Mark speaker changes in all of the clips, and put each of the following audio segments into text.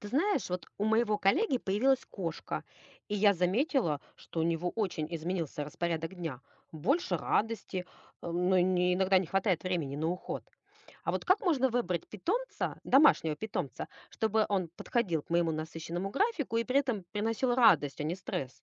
Speaker 1: Ты знаешь, вот у моего коллеги появилась кошка, и я заметила, что у него очень изменился распорядок дня. Больше радости, иногда не хватает времени на уход. А вот как можно выбрать питомца, домашнего питомца, чтобы он подходил к моему насыщенному графику и при этом приносил радость, а не стресс?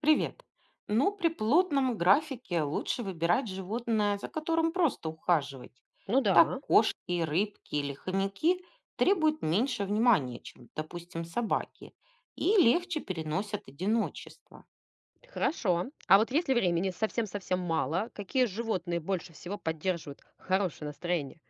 Speaker 2: Привет. Ну, при плотном графике лучше выбирать животное, за которым просто ухаживать.
Speaker 1: Ну
Speaker 2: Так
Speaker 1: да,
Speaker 2: кошки, рыбки или хомяки требуют меньше внимания, чем, допустим, собаки, и легче переносят одиночество.
Speaker 1: хорошо. А вот если времени совсем-совсем мало, какие животные больше всего поддерживают хорошее настроение?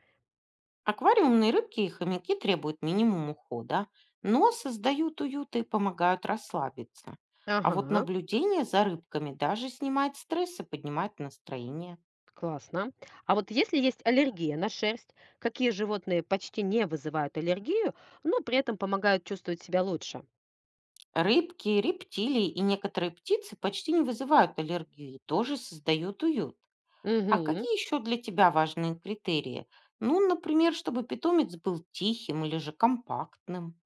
Speaker 2: Аквариумные рыбки и хомяки требуют минимум ухода, но создают уют и помогают расслабиться. А вот
Speaker 1: Ага.
Speaker 2: наблюдение за рыбками даже снимает стресс и поднимает настроение.
Speaker 1: Классно. А вот если есть аллергия на шерсть, какие животные почти не вызывают аллергию, но при этом помогают чувствовать себя лучше?
Speaker 2: Рыбки, рептилии и некоторые птицы почти не вызывают аллергии, тоже создают уют. А
Speaker 1: Мгм.
Speaker 2: какие еще для тебя важные критерии? Ну, например, чтобы питомец был тихим или же компактным.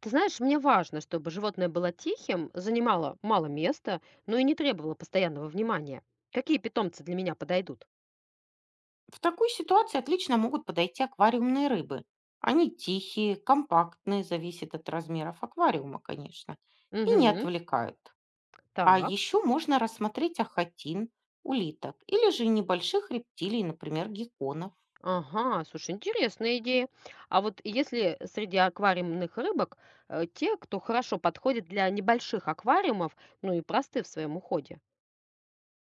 Speaker 1: Ты знаешь, мне важно, чтобы животное было тихим, занимало мало места, но и не требовало постоянного внимания. Какие питомцы для меня подойдут?
Speaker 2: В такой ситуации отлично могут подойти аквариумные рыбы. Они тихие, компактные, зависит от размеров аквариума, конечно, и не
Speaker 1: Угу.
Speaker 2: отвлекают. А
Speaker 1: Так.
Speaker 2: еще можно рассмотреть ахатин, улиток или же небольших рептилий, например, гекконов.
Speaker 1: Ага, слушай, интересная идея. А вот если среди аквариумных рыбок те, кто хорошо подходит для небольших аквариумов, ну и просты в своем уходе?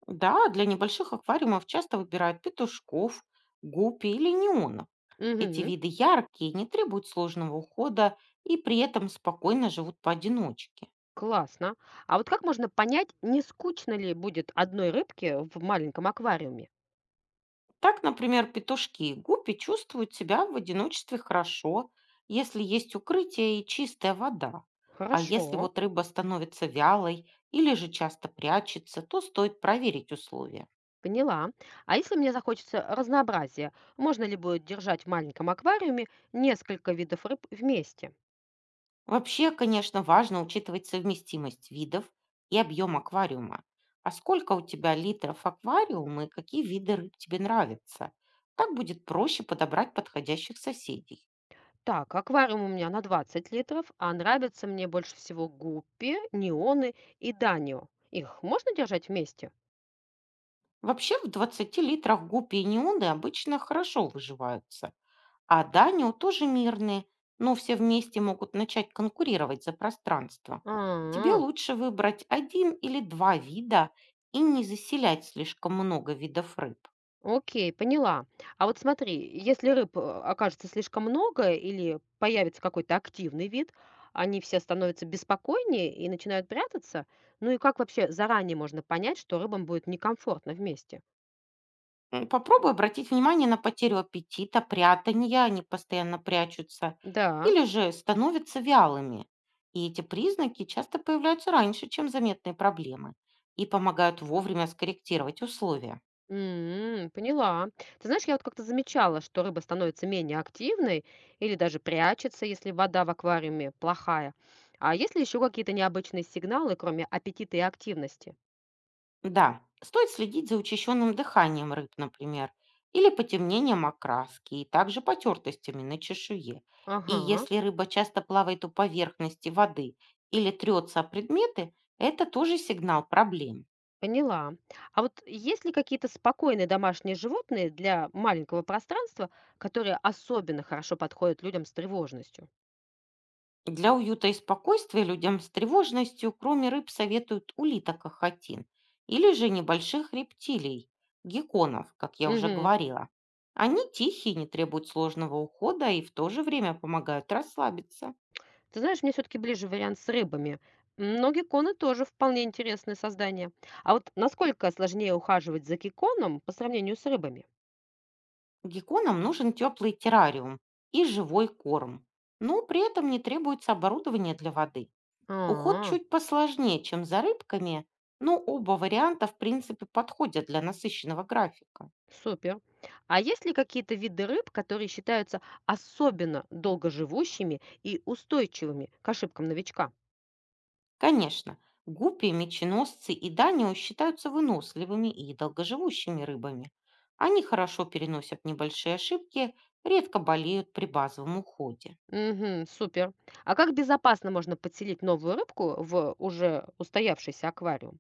Speaker 2: Да, для небольших аквариумов часто выбирают петушков, гуппи или неонов. Эти
Speaker 1: Угу.
Speaker 2: виды яркие, не требуют сложного ухода и при этом спокойно живут поодиночке.
Speaker 1: Классно. А вот как можно понять, не скучно ли будет одной рыбке в маленьком аквариуме?
Speaker 2: Так, например, петушки и гуппи чувствуют себя в одиночестве хорошо, если есть укрытие и чистая вода. А если
Speaker 1: Хорошо,
Speaker 2: вот рыба становится вялой или же часто прячется, то стоит проверить условия.
Speaker 1: поняла. А если мне захочется разнообразия, можно ли будет держать в маленьком аквариуме несколько видов рыб вместе?
Speaker 2: Вообще, конечно, важно учитывать совместимость видов и объем аквариума. А сколько у тебя литров аквариума и какие виды рыб тебе нравятся? Так будет проще подобрать подходящих соседей.
Speaker 1: Так, аквариум у меня на 20 литров, а нравятся мне больше всего гуппи, неоны и данио. Их можно держать вместе?
Speaker 2: Вообще, в 20 литрах гуппи и неоны обычно хорошо выживаются. А данио тоже мирные, но все вместе могут начать конкурировать за пространство. Тебе
Speaker 1: А,
Speaker 2: лучше выбрать один или два вида и не заселять слишком много видов рыб.
Speaker 1: окей, поняла. А вот смотри, если окажется слишком много или появится какой-то активный вид, они все становятся беспокойнее и начинают прятаться. Ну и как вообще заранее можно понять, что рыбам будет некомфортно вместе?
Speaker 2: Попробуй обратить внимание на потерю аппетита, прятания, они постоянно прячутся,
Speaker 1: Да.
Speaker 2: или же становятся вялыми. И эти признаки часто появляются раньше, чем заметные проблемы, и помогают вовремя скорректировать условия.
Speaker 1: М, поняла. Ты знаешь, я вот как-то замечала, что рыба становится менее активной или даже прячется, если вода в аквариуме плохая. А есть ли еще какие-то необычные сигналы, кроме аппетита и активности?
Speaker 2: Да, стоит следить за учащенным дыханием рыб, например, или потемнением окраски, и также потертостями на чешуе. И
Speaker 1: Ага.
Speaker 2: если рыба часто плавает у поверхности воды или трется о предметы, это тоже сигнал проблем.
Speaker 1: Поняла. А вот есть ли какие-то спокойные домашние животные для маленького пространства, которые особенно хорошо подходят людям с тревожностью?
Speaker 2: Для уюта и спокойствия людям с тревожностью, кроме рыб, советуют улиток ахатин или же небольших рептилий, гекконов, как я уже
Speaker 1: Мгм.
Speaker 2: говорила. Они тихие, не требуют сложного ухода и в то же время помогают расслабиться.
Speaker 1: Ты знаешь, мне все-таки ближе вариант с рыбами. Но гекконы тоже вполне интересные создания. А вот насколько сложнее ухаживать за гекконом по сравнению с рыбами?
Speaker 2: Гекконам нужен теплый террариум и живой корм, но при этом не требуется оборудование для воды. Уход
Speaker 1: А,
Speaker 2: чуть посложнее, чем за рыбками, но оба варианта в принципе подходят для насыщенного графика.
Speaker 1: супер. А есть ли какие-то виды рыб, которые считаются особенно долгоживущими и устойчивыми к ошибкам новичка?
Speaker 2: Конечно, гуппи, меченосцы и данио считаются выносливыми и долгоживущими рыбами. Они хорошо переносят небольшие ошибки, редко болеют при базовом уходе.
Speaker 1: Мгм. Супер. А как безопасно можно подселить новую рыбку в уже устоявшийся аквариум?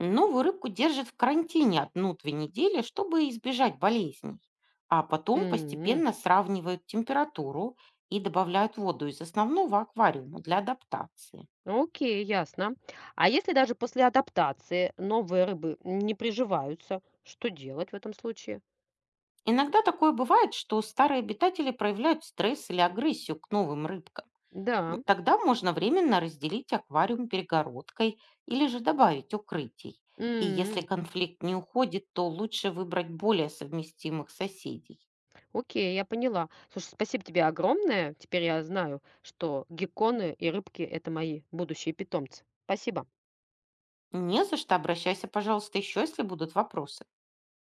Speaker 2: Новую рыбку держат в карантине одну-две недели, чтобы избежать болезней. А потом
Speaker 1: М,
Speaker 2: постепенно сравнивают температуру и добавляют воду из основного аквариума для адаптации.
Speaker 1: окей, ясно. А если даже после адаптации новые рыбы не приживаются, что делать в этом случае?
Speaker 2: Иногда такое бывает, что старые обитатели проявляют стресс или агрессию к новым рыбкам.
Speaker 1: Да.
Speaker 2: Тогда можно временно разделить аквариум перегородкой или же добавить укрытий. И если
Speaker 1: М,
Speaker 2: конфликт не уходит, то лучше выбрать более совместимых соседей.
Speaker 1: окей, я поняла. Слушай, спасибо тебе огромное. Теперь я знаю, что гекконы и рыбки– это мои будущие питомцы. Спасибо.
Speaker 2: Не за что, обращайся, пожалуйста, еще, если будут вопросы.